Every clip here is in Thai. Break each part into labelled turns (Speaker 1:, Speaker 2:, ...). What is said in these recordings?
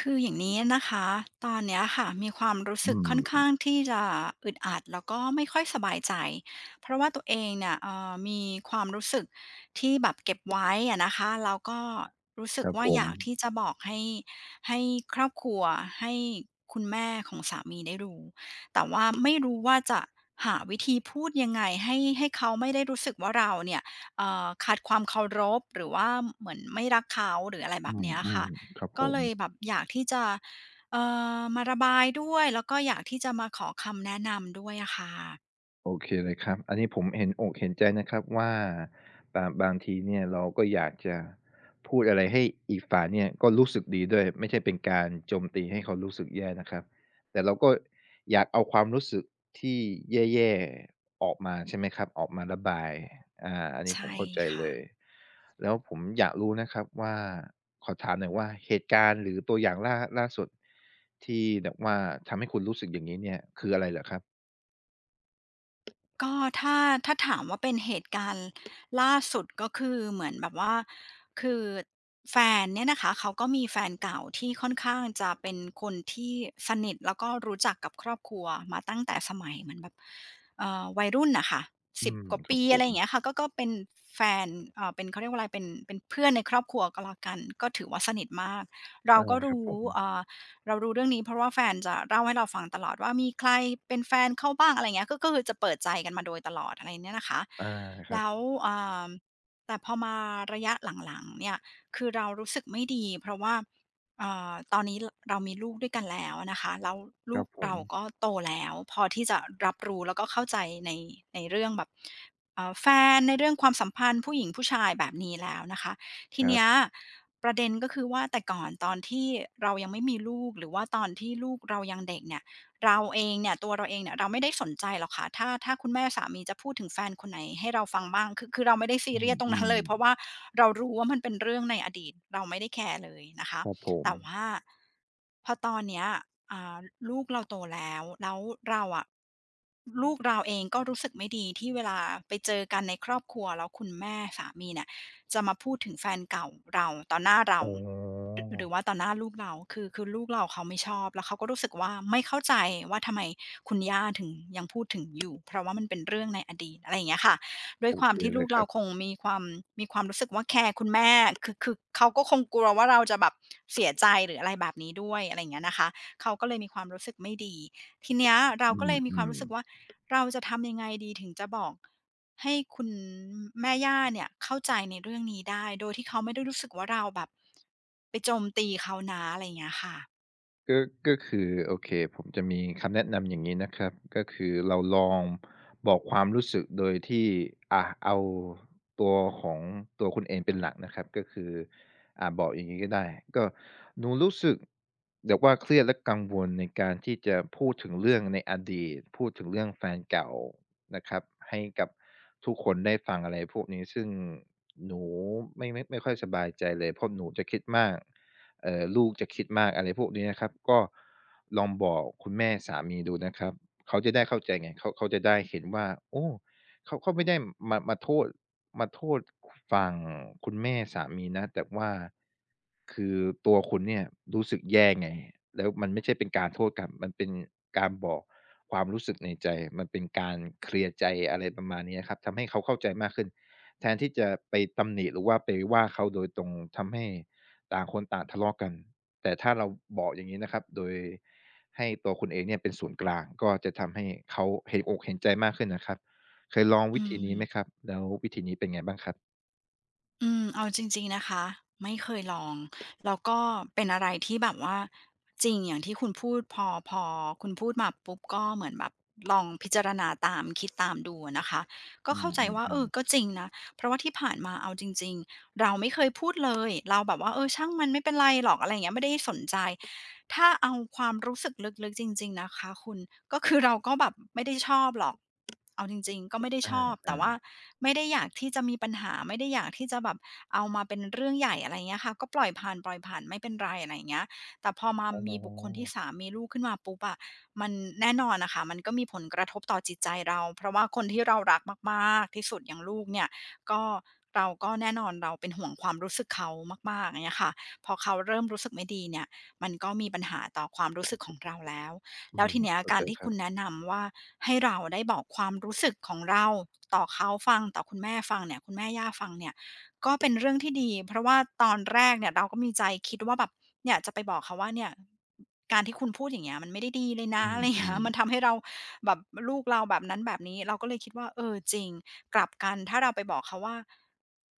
Speaker 1: คืออย่างนี้นะคะตอนเนี้ยค่ะมีความรู้
Speaker 2: อื
Speaker 1: สึก
Speaker 2: ม
Speaker 1: ค่อนข้างที่จะอึดอัดแล้วก็ไม่ค่อยสบายใจเพราะว่าตัวเองเนี่ยมีความรู้สึกที่แบบเก็บไว้อะนะคะแล้วก็รู้สึ
Speaker 2: ค
Speaker 1: ก
Speaker 2: รับ
Speaker 1: ว่า
Speaker 2: ผ
Speaker 1: อ
Speaker 2: ม
Speaker 1: ยากที่จะบอกให้ครอบครัวให้คุณแม่ของสามีได้รู้แต่ว่าไม่รู้ว่าจะหาวิธีพูดยังไงให้เขาไม่ได้รู้สึกว่าเราเนี่ยขาดความเคารพหรือว่าเหมือนไม่รักเขาหรืออะไรแบ
Speaker 2: อื
Speaker 1: บเนี้ยค่ะ
Speaker 2: มๆครับผ
Speaker 1: ก็เล
Speaker 2: ม
Speaker 1: ยแบบอยากที่จะเอ่มาระบายด้วยแล้วก็อยากที่จะมาขอคำแนะนำด้วยอะค่ะ
Speaker 2: โอเคเลยครับอันนี้ผมเห็นอกเห็นใจนะครับว่าบางทีเนี่ยเราก็อยากจะพูดอะไรให้อีกฝ่ายเนี่ยก็รู้สึกดีด้วยไม่ใช่เป็นการโจมตีให้เขารู้สึกแย่นะครับแต่เราก็อยากเอาความรู้สึกที่แย่ๆออกมาใช่ไหมครับออกมาระบายอันนี้ผ
Speaker 1: ใช่
Speaker 2: มเข้าใจเล
Speaker 1: ค่ะ
Speaker 2: ยแล้วผมอยากรู้นะครับว่าขอถามหน่อยว่าเหตุการณ์หรือตัวอย่างล่าสุดที่แบบว่าทำให้คุณรู้สึกอย่างนี้เนี่ยคืออะไรเหรอครับ
Speaker 1: ก็ถ้าถ้าถามว่าเป็นเหตุการณ์ล่าสุดก็คือเหมือนแบบว่าคือแฟนเนี่ยนะคะเขาก็มีแฟนเก่าที่ค่อนข้างจะเป็นคนที่สนิทแล้วก็รู้จักกับครอบครัวมาตั้งแต่สมัยเหมือนแบบวัยรุ่นน่ะค่ะ
Speaker 2: อื
Speaker 1: สิบ
Speaker 2: ม
Speaker 1: กว่า
Speaker 2: ครับ
Speaker 1: ปี
Speaker 2: ผ
Speaker 1: อะไร
Speaker 2: ม
Speaker 1: อย่างเงี้ยค่ะก็เป็นแฟนเป็นเขาเรียกว่าอะไรเป็นเพื่อนในครอบครัวก็แล้วกันก็ถือว่าสนิทมากเรา
Speaker 2: อา
Speaker 1: ก็
Speaker 2: ครับ
Speaker 1: รู้
Speaker 2: ผม
Speaker 1: เอ่อ เรารู้เรื่องนี้เพราะว่าแฟนจะเล่าให้เราฟังตลอดว่ามีใครเป็นแฟนเข้าบ้างอะไราเงี้ยก็คือจะเปิดใจกันมาโดยตลอดอะไรเนี่ยนะคะ
Speaker 2: อาครั
Speaker 1: แล้ว
Speaker 2: บ
Speaker 1: อ่าแต่พอมาระยะหลังๆเนี่ยคือเรารู้สึกไม่ดีเพราะว่าตอนนี้รเรามีลูกด้วยกันแล้วอะนะคะแล้ว
Speaker 2: ค
Speaker 1: ลู
Speaker 2: รั
Speaker 1: ก
Speaker 2: บผม
Speaker 1: เราก็โตแล้วพอที่จะรับรู้แล้วก็เข้าใจในในเรื่องแบบแฟนในเรื่องความสัมพันธ์ผู้หญิงผู้ชายแบบนี้แล้วนะคะ ที
Speaker 2: ครั
Speaker 1: เนี้ย
Speaker 2: บ
Speaker 1: ประเด็นก็คือว่าแต่ก่อนตอนที่เรายังไม่มีลูกหรือว่าตอนที่ลูกเรายังเด็กเนี่ยเราเองเนี่ยตัวเราเองเนี่ยเราไม่ได้สนใจหรอกค่ะถ้าคุณแม่สามีจะพูดถึงแฟนคนไหนให้เราฟังบ้างคือเราไม่ได้ซี
Speaker 2: อื
Speaker 1: เรียสตรงนั้น
Speaker 2: ม
Speaker 1: เลยเพราะว่า
Speaker 2: ๆ
Speaker 1: เรารู้ว่ามันเป็นเรื่องในอดีตเราไม่ได้แคร์เลยนะคะ
Speaker 2: ครับผม
Speaker 1: แต่ว่าพอตอนเนี้ยอ่าลูกเราโตแล้วแล้วเราอะลูกเราเองก็รู้สึกไม่ดีที่เวลาไปเจอกันในครอบครัวแล้วคุณแม่สามีเนี่ย จะมาพูดถึงแฟนเก่าเราต่อหน้าเรา
Speaker 2: อ๋
Speaker 1: ห
Speaker 2: อ
Speaker 1: รือหรือว่าต่อหน้าลูกเราคือลูกเราเขาไม่ชอบแล้วเขาก็รู้สึกว่าไม่เข้าใจว่าทำไมคุณย่าถึงยังพูดถึงอยู่เพราะว่ามันเป็นเรื่องในอดีตอะไรอย่างเงี้ยค่ะด้วย
Speaker 2: โอ
Speaker 1: ควา
Speaker 2: เค
Speaker 1: มที่
Speaker 2: เล
Speaker 1: ลู
Speaker 2: ย
Speaker 1: ก
Speaker 2: ค
Speaker 1: เรา
Speaker 2: รับ
Speaker 1: คงมีความรู้สึกว่าแคร์คุณแม่คือเขาก็คงกลัวว่าเราจะแบบเสียใจหรืออะไรแบบนี้ด้วยอะไรอย่างเงี้ยนะคะเขาก็เลยมีความรู้สึกไม่ดีทีเนี้ยเรา
Speaker 2: อ
Speaker 1: ก็เลยมีค
Speaker 2: ื
Speaker 1: วาม
Speaker 2: ม
Speaker 1: รู้สึกว่า
Speaker 2: ๆ
Speaker 1: เราจะทำยังไงดีถึงจะบอกให้คุณแม่ย่าเนี่ยเข้าใจในเรื่องนี้ได้โดยที่เขาไม่ได้รู้สึกว่าเราแบบไปโจมตีเขานะอะไรอย่างเงี้ยค่ะ
Speaker 2: ก็ก็คือโอเคผมจะมีคำแนะนำอย่างงี้นะครับก็คือเราลองบอกความรู้สึกโดยที่เอาตัวของตัวคุณเองเป็นหลักนะครับก็คือบอกอย่างงี้ก็ได้ก็หนูรู้สึกแบบว่าเครียดและกังวลในการที่จะพูดถึงเรื่องในอดีตพูดถึงเรื่องแฟนเก่านะครับให้กับทุกคนได้ฟังอะไรพวกนี้ซึ่งหนูไม่ค่อยสบายใจเลยเพราะหนูจะคิดมาก ลูกจะคิดมากอะไรพวกนี้นะครับก็ลองบอกคุณแม่สามีดูนะครับเขาจะได้เข้าใจไงเขาจะได้เห็นว่าโอ้เขาไม่ได้มาโทษมาโทษฝั่งคุณแม่สามีนะแต่ว่าคือตัวคุณเนี่ยรู้สึกแย่ไงแล้วมันไม่ใช่เป็นการโทษกลับมันเป็นการบอกความรู้สึกในใจมันเป็นการเคลียร์ใจอะไรประมาณนี้ครับทำให้เขาเข้าใจมากขึ้น แทนที่จะไปตำหนิหรือว่าไปว่าเขาโดยตรงทำให้ต่างคนต่างทะเลาะกันแต่ถ้าเราบอกอย่างนี้นะครับโดยให้ตัวคุณเองเนี่ยเป็นศูนย์กลางก็จะทำให้เขาเห็นอกเห็นใจมากขึ้นนะครับเคยลองวิ
Speaker 1: อื
Speaker 2: ธีนี้ไหมครั
Speaker 1: ม
Speaker 2: บแล้ววิธีนี้เป็นไงบ้างครับ
Speaker 1: อืมเอาจริงๆนะคะไม่เคยลองแล้วก็เป็นอะไรที่แบบว่าจริงอย่างที่คุณพูดพอคุณพูดมาปุ๊บก็เหมือนแบบลองพิจารณาตามคิดตามดูอะนะคะก็
Speaker 2: อื
Speaker 1: เข้าใจว่าเอ
Speaker 2: ม
Speaker 1: อ
Speaker 2: ๆ
Speaker 1: ก็
Speaker 2: ๆ
Speaker 1: จริงนะเพราะว่าที่ผ่านมาเอาจริงๆเราไม่เคยพูดเลยเราแบบว่าเออช่างมันไม่เป็นไรหรอกอะไรอย่างเงี้ยไม่ได้สนใจ ถ้าเอาความรู้สึกลึกๆจริงๆนะคะคุณก็คือเราก็แบบไม่ได้ชอบหรอกเอาจริงๆก็ไม่ได้
Speaker 2: อ
Speaker 1: ชอบแต่ว่า
Speaker 2: า
Speaker 1: ไม่ได้อยากที่จะมีปัญหาไม่ได้อยากที่จะแบบเอามาเป็นเรื่องใหญ่อะไรเงี้ยค่ะก็ปล่อยผ่านปล่อยผ่านไม่เป็นไรอะไรอย่างเงี้ยแต่พอมา
Speaker 2: ๆอ๋
Speaker 1: มีบุคคลที่
Speaker 2: อ
Speaker 1: สามมีลูกขึ้นมาปุ๊บอะมันแน่นอนน่ะค่ะมันก็มีผลกระทบต่อจิตใจเราเพราะว่าคนที่เรารักมากๆที่สุดอย่างลูกเนี่ยก็เราก็แน่นอนเราเป็นห่วงความรู้สึกเขามากๆอย่างเงี้ยค่ะพอเขาเริ่มรู้สึกไม่ดีเนี่ย มันก็มีปัญหาต่อความรู้สึกของเราแล้ว
Speaker 2: อื
Speaker 1: แล้ว
Speaker 2: ม
Speaker 1: ทีเนี้ย
Speaker 2: เข้า
Speaker 1: กา
Speaker 2: ใจ
Speaker 1: รที่
Speaker 2: ครั
Speaker 1: คุ
Speaker 2: บ
Speaker 1: ณแนะนำว่าให้เราได้บอกความรู้สึกของเราต่อเขาฟังต่อคุณแม่ฟังเนี่ยคุณแม่ย่าฟังเนี่ยก็เป็นเรื่องที่ดีเพราะว่าตอนแรกเนี่ยเราก็มีใจคิดว่าแบบเนี่ยจะไปบอกเขาว่าเนี่ยการที่คุณพูดอย่างเงี้ยมันไม่ได้ดีเลย
Speaker 2: อ
Speaker 1: นะอะไรอย่าง
Speaker 2: ื
Speaker 1: เงี้ย
Speaker 2: ม
Speaker 1: มัน
Speaker 2: ๆ
Speaker 1: ทำให้เราแบบลูกเราแบบนั้นแบบนี้เราก็เลยคิดว่าเออจริง กลับกันถ้าเราไปบอกเขาว่า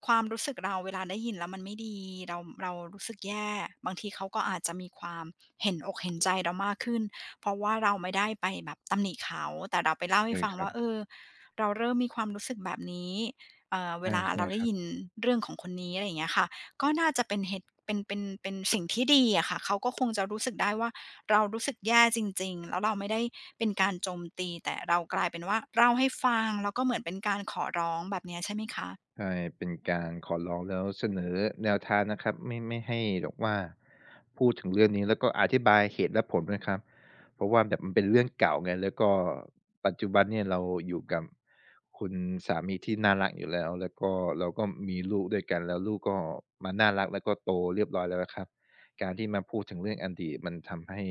Speaker 1: ความรู้สึกเราเวลาได้ยินแล้วมันไม่ดีเรารู้สึกแย่บางทีเขาก็อาจจะมีความเห็นอกเห็นใจเรามากขึ้นเพราะว่าเราไม่ได้ไปแบบตำหนิเขาแต่เราไปเล่าให้
Speaker 2: ใช่
Speaker 1: ฟัง
Speaker 2: ครับ
Speaker 1: ว่าเออเราเริ่มมีความรู้สึกแบบนี้
Speaker 2: ใช
Speaker 1: เวลา
Speaker 2: ่
Speaker 1: เรา
Speaker 2: ๆค
Speaker 1: ได้
Speaker 2: รับ
Speaker 1: ยินเรื่องของคนนี้อะไรอย่างเงี้ยค่ะก็น่าจะเป็นเหตุเป็นสิ่งที่ดีอะค่ะเขาก็คงจะรู้สึกได้ว่า เรารู้สึกแย่จริงๆแล้วเราไม่ได้เป็นการโจมตีแต่เรากลายเป็นว่าเล่าให้ฟังแล้วก็เหมือนเป็นการขอร้องแบบเนี้ยใช่ไหมคะ
Speaker 2: ใช่เป็นการขอร้องแล้วเสนอแนวทางนะครับไม่ไม่ให้แบบว่าพูดถึงเรื่องนี้แล้วก็อธิบายเหตุและผลด้วยครับเพราะว่าแบบมันเป็นเรื่องเก่าไงแล้วก็ปัจจุบันเนี่ยเราอยู่กับคุณสามีที่น่ารักอยู่แล้วแล้วก็เราก็มีลูกด้วยกันแล้วลูกก็มาน่ารักแล้วก็โตเรียบร้อยแล้วอะครับการที่มาพูดถึงเรื่องอดีตมันทำให้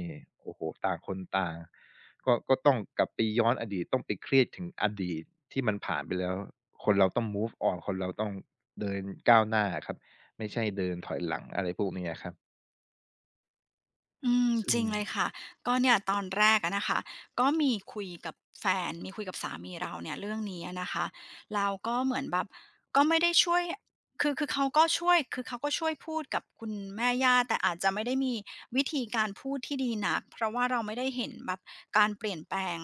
Speaker 2: โอ้โฮต่างคนต่าง ก็ต้องกลับไปย้อนอดีตต้องไปเครียดถึงอดีตที่มันผ่านไปแล้วคนเราต้อง move on คนเราต้องเดินก้าวหน้าอะครับไม่ใช่เดินถอยหลังอะไรพวกนี้อะครับ
Speaker 1: อืม
Speaker 2: ซึ่
Speaker 1: จ
Speaker 2: ง
Speaker 1: ริงเลยค่ะก็เนี่ยตอนแรกอะนะคะก็มีคุยกับแฟนมีคุยกับสามีเราเนี่ยเรื่องนี้อะนะคะแล้วก็เหมือนแบบก็ไม่ได้ช่วยคือเขาก็ช่วยคือเขาก็ช่วยพูดกับคุณแม่ย่าแต่อาจจะไม่ได้มีวิธีการพูดที่ดีนักเพราะว่าเราไม่ได้เห็นแบบการเปลี่ยนแปลง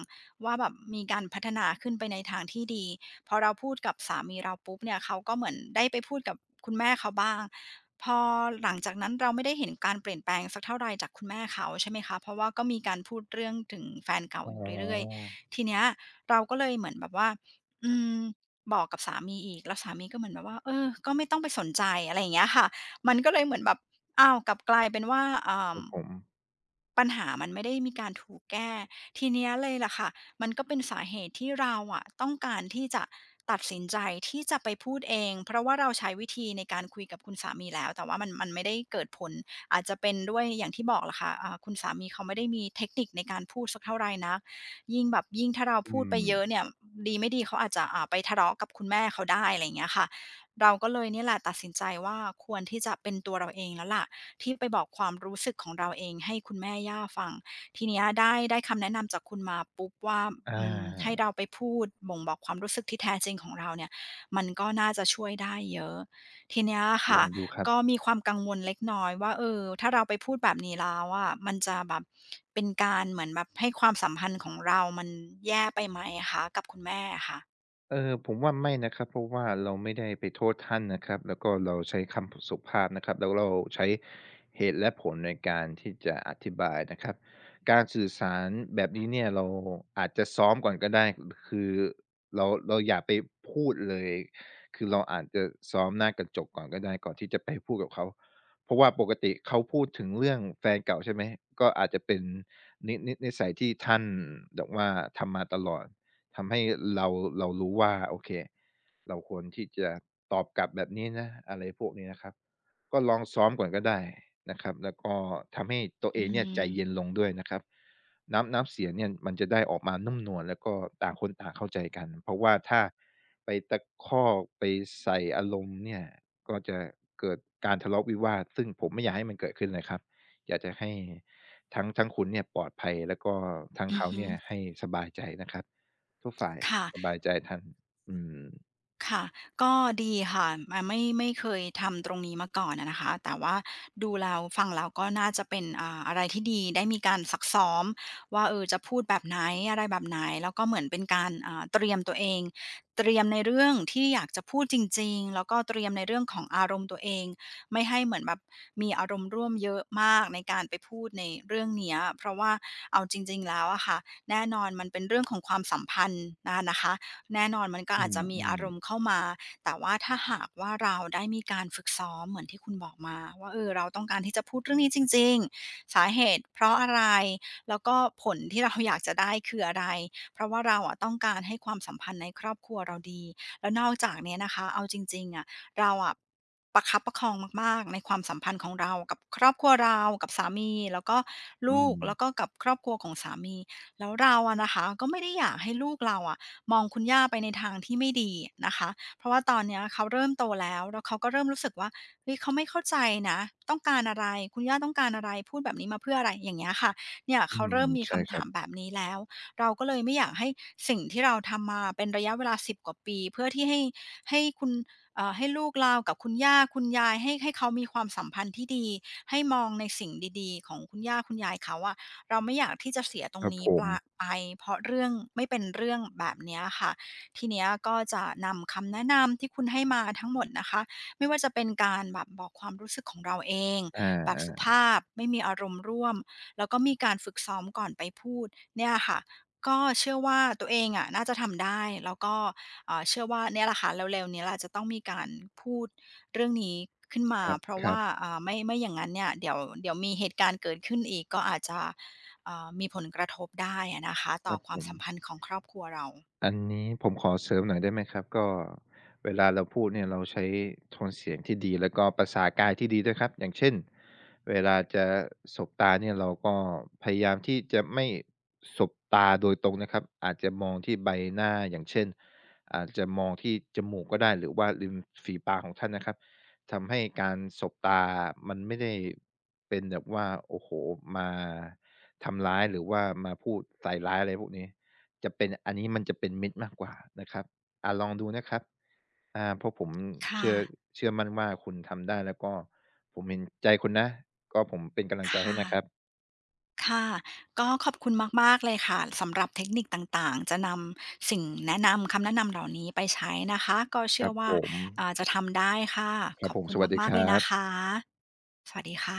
Speaker 1: ว่าแบบมีการพัฒนาขึ้นไปในทางที่ดี พอเราพูดกับสามีเราปุ๊บเนี่ยเขาก็เหมือนได้ไปพูดกับคุณแม่เขาบ้างพอหลังจากนั้นเราไม่ได้เห็นการเปลี่ยนแปลงสักเท่าไรจากคุณแม่เขาใช่ไหมคะเพราะว่าก็มีการพูดเรื่องถึงแฟนเก่า
Speaker 2: อ๋
Speaker 1: อ
Speaker 2: อ
Speaker 1: ยู่เรื่อยๆทีเนี้ยเราก็เลยเหมือนแบบว่าอืมบอกกับสามีอีกแล้วสามีก็เหมือนแบบว่าเออก็ไม่ต้องไปสนใจอะไรอย่างเงี้ยค่ะมันก็เลยเหมือนแบบอ้าวกลับกลายเป็นว่าเอ่
Speaker 2: ค
Speaker 1: า
Speaker 2: รับผม
Speaker 1: ปัญหามันไม่ได้มีการถูกแก้ทีเนี้ยเลยล่ะค่ะมันก็เป็นสาเหตุที่เราอะต้องการที่จะตัดสินใจที่จะไปพูดเองเพราะว่าเราใช้วิธีในการคุยกับคุณสามีแล้วแต่ว่ามันไม่ได้เกิดผลอาจจะเป็นด้วยอย่างที่บอกล่ะค่ะอ่าคุณสามีเขาไม่ได้มีเทคนิคในการพูดสักเท่าไรนักยิ่งแบบยิ่งถ้าเรา
Speaker 2: อื
Speaker 1: พูดไป
Speaker 2: ม
Speaker 1: เยอะเนี่ยดีไม่ดีเขาอาจจะอ่าไปทะเลาะกับคุณแม่เขาได้อะไรอย่างเงี้ยค่ะเราก็เลยเนี่ยแหละตัดสินใจว่าควรที่จะเป็นตัวเราเองแล้วล่ะ ที่ไปบอกความรู้สึกของเราเองให้คุณแม่ย่าฟังทีเนี้ยได้คำแนะนำจากคุณมาปุ๊บว่า
Speaker 2: อ
Speaker 1: อืมให้
Speaker 2: า
Speaker 1: เราไปพูดบ่งบอกความรู้สึกที่แท้จริงของเราเนี่ยมันก็น่าจะช่วยได้เยอะทีเนี้ย
Speaker 2: ล
Speaker 1: ค่ะ
Speaker 2: องดูครับ
Speaker 1: ก็มีความกังวลเล็กน้อยว่าเออถ้าเราไปพูดแบบนี้แล้วอะมันจะแบบเป็นการเหมือนแบบให้ความสัมพันธ์ของเรามันแย่ไปไหมคะกับคุณแม่อะค่ะ
Speaker 2: เออผมว่าไม่นะครับเพราะว่าเราไม่ได้ไปโทษท่านนะครับแล้วก็เราใช้คำสุภาพนะครับแล้วเราใช้เหตุและผลในการที่จะอธิบายนะครับการสื่อสารแบบนี้เนี่ยเราอาจจะซ้อมก่อนก็ได้คือเราอย่าไปพูดเลยคือเราอาจจะซ้อมหน้ากระจกก่อนก็ได้ก่อนที่จะไปพูดกับเขาเพราะว่าปกติเขาพูดถึงเรื่องแฟนเก่าใช่ไหมก็อาจจะเป็นนิสัยที่ท่านแบบว่าทำมาตลอด ทำให้เราเรารู้ว่าโอเคเราควรที่จะตอบกลับแบบนี้นะอะไรพวกนี้นะครับก็ลองซ้อมก่อนก็ได้นะครับแล้วก็ทำให้ตัวเอ
Speaker 1: อื
Speaker 2: งเนี่ยใจเย็น
Speaker 1: ม
Speaker 2: ลงด้วยนะครับน้ำเสียงเนี่ยมันจะได้ออกมานุ่มนวลแล้วก็ต่างคนต่างเข้าใจกันเพราะว่าถ้าไปตะคอกไปใส่อารมณ์เนี่ยก็จะเกิดการทะเลาะวิวาทซึ่งผมไม่อยากให้มันเกิดขึ้นเลยครับอยากจะให้ทั้งคุณเนี่ยปลอดภัยแล้วก็ทั้ง
Speaker 1: อือ
Speaker 2: เขา
Speaker 1: ฮึ
Speaker 2: เนี่ยให้สบายใจนะครับ ทุกฝ่ายส
Speaker 1: ค่ะ
Speaker 2: บายใจท่านอืม
Speaker 1: ค่ะก็ดีค่ะอ่าไม่เคยทำตรงนี้มาก่อนอะนะคะแต่ว่าดูแล้วฟังแล้วก็น่าจะเป็นอ่าอะไรที่ดีได้มีการซักซ้อมว่าเออจะพูดแบบไหนอะไรแบบไหนแล้วก็เหมือนเป็นการอ่าเตรียมตัวเองเตรียมในเรื่องที่อยากจะพูดจริงๆแล้วก็เตรียมในเรื่องของอารมณ์ตัวเองไม่ให้เหมือนแบบมีอารมณ์ร่วมเยอะมากในการไปพูดในเรื่องเนี้ยเพราะว่าเอาจริงๆแล้วอะค่ะแน่นอนมันเป็นเรื่องของความสัมพันธ์อานะคะ แน่นอนมันก็
Speaker 2: อื
Speaker 1: อาจจะมีอารมณ์
Speaker 2: ม
Speaker 1: เข้ามาแต่ว่าถ้าหากว่าเราได้มีการฝึกซ้อมเหมือนที่คุณบอกมาว่าเออเราต้องการที่จะพูดเรื่องนี้จริงๆสาเหตุเพราะอะไรแล้วก็ผลที่เราอยากจะได้คืออะไรเพราะว่าเราอะต้องการให้ความสัมพันธ์ในครอบครัวเราดีแล้วนอกจากเนี้ยนะคะเอาจริงๆอะเราอะประคับประคองมากๆในความสัมพันธ์ของเรากับครอบครัวเรากับสามีแล้วก็
Speaker 2: อื
Speaker 1: ลู
Speaker 2: ม
Speaker 1: กแล้วก็กับครอบครัวของสามีแล้วเราอะนะคะก็ไม่ได้อยากให้ลูกเราอะ มองคุณย่าไปในทางที่ไม่ดีนะคะเพราะว่าตอนเนี้ยเขาเริ่มโตแล้วแล้วเขาก็เริ่มรู้สึกว่าเฮ้ยเขาไม่เข้าใจนะต้องการอะไรคุณย่าต้องการอะไรพูดแบบนี้มาเพื่ออะไรอย่างเงี้ยค่ะเนี่ยเขาเริ่มมี
Speaker 2: ใช่
Speaker 1: คำ
Speaker 2: ครั
Speaker 1: ถา
Speaker 2: บ
Speaker 1: มแบบนี้แล้วเราก็เลยไม่อยากให้สิ่งที่เราทำมาเป็นระยะเวลา10 กว่าปีเพื่อที่ให้ให้คุณเอ่อให้ลูกเรากับคุณย่าคุณยายให้เขามีความสัมพันธ์ที่ดีให้มองในสิ่งดีๆของคุณย่าคุณยายเขาอะ เราไม่อยากที่จะเสียตร
Speaker 2: ค
Speaker 1: ง
Speaker 2: รับ
Speaker 1: นี้
Speaker 2: ผ
Speaker 1: ป
Speaker 2: ม
Speaker 1: ลาไปเพราะเรื่องไม่เป็นเรื่องแบบเนี้ยค่ะทีเนี้ยก็จะนำคำแนะนำที่คุณให้มาทั้งหมดนะคะไม่ว่าจะเป็นการแบบบอกความรู้สึกของเราเอง
Speaker 2: อ
Speaker 1: แบบสุ
Speaker 2: า
Speaker 1: ภาพไม่มีอารมณ์ร่วมแล้วก็มีการฝึกซ้อมก่อนไปพูดเนี่ยค่ะก็เชื่อว่าตัวเองอะน่าจะทำได้แล้วก็เอ่อเชื่อว่าเนี่ยแหละค่ะเร็วๆนี้ล่ะจะต้องมีการพูดเรื่องนี้ขึ้นมา
Speaker 2: ๆค
Speaker 1: เพราะ
Speaker 2: รั
Speaker 1: ว่า
Speaker 2: บๆ
Speaker 1: อ่าไม่อย่างงั้นเนี่ยเดี๋ยวมีเหตุการณ์เกิดขึ้นอีกก็อาจจะ เอ่อมีผลกระทบได้อะนะคะ
Speaker 2: ค
Speaker 1: ต่อ
Speaker 2: รับ
Speaker 1: ค
Speaker 2: ผ
Speaker 1: วาม
Speaker 2: ม
Speaker 1: สัมพันธ์ของครอบครัวเรา
Speaker 2: อันนี้ผมขอเสริมหน่อยได้ไหมครับก็เวลาเราพูดเนี่ยเราใช้โทนเสียงที่ดีแล้วก็ภาษากายที่ดีด้วยครับอย่างเช่นเวลาจะสบตาเนี่ยเราก็พยายามที่จะไม่สบตาโดยตรงนะครับอาจจะมองที่ใบหน้าอย่างเช่นอาจจะมองที่จมูกก็ได้หรือว่าริมฝีปากของท่านนะครับทำให้การสบตามันไม่ได้เป็นแบบว่าโอ้โฮมาทำร้ายหรือว่ามาพูดใส่ร้ายอะไรพวกนี้ จะเป็นอันนี้มันจะเป็นมิตรมากกว่านะครับลองดูนะครับเพราะผม
Speaker 1: ค่ะ
Speaker 2: เชื่อเชื่อมั่นว่าคุณทำได้แล้วก็ผมเห็นใจคุณนะ ก็ผมเป็นกำลังใจให้
Speaker 1: ค่ะ
Speaker 2: นะครับ
Speaker 1: ค่ะ ก็ขอบคุณมากๆเลยค่ะสำหรับเทคนิคต่างๆจะนำสิ่งแนะนำคำแนะนำเหล่านี้ไปใช้นะคะก็
Speaker 2: ค
Speaker 1: เชื่อ
Speaker 2: รับ
Speaker 1: ว่า
Speaker 2: ผม
Speaker 1: อ่าจะทำได้ค่ะ
Speaker 2: ค
Speaker 1: ข
Speaker 2: รับ
Speaker 1: อบ
Speaker 2: ผม
Speaker 1: คุณ
Speaker 2: สวัสดี
Speaker 1: มา
Speaker 2: ค
Speaker 1: กๆเลย
Speaker 2: รั
Speaker 1: นะ
Speaker 2: บ
Speaker 1: คะสวัสดีค่ะ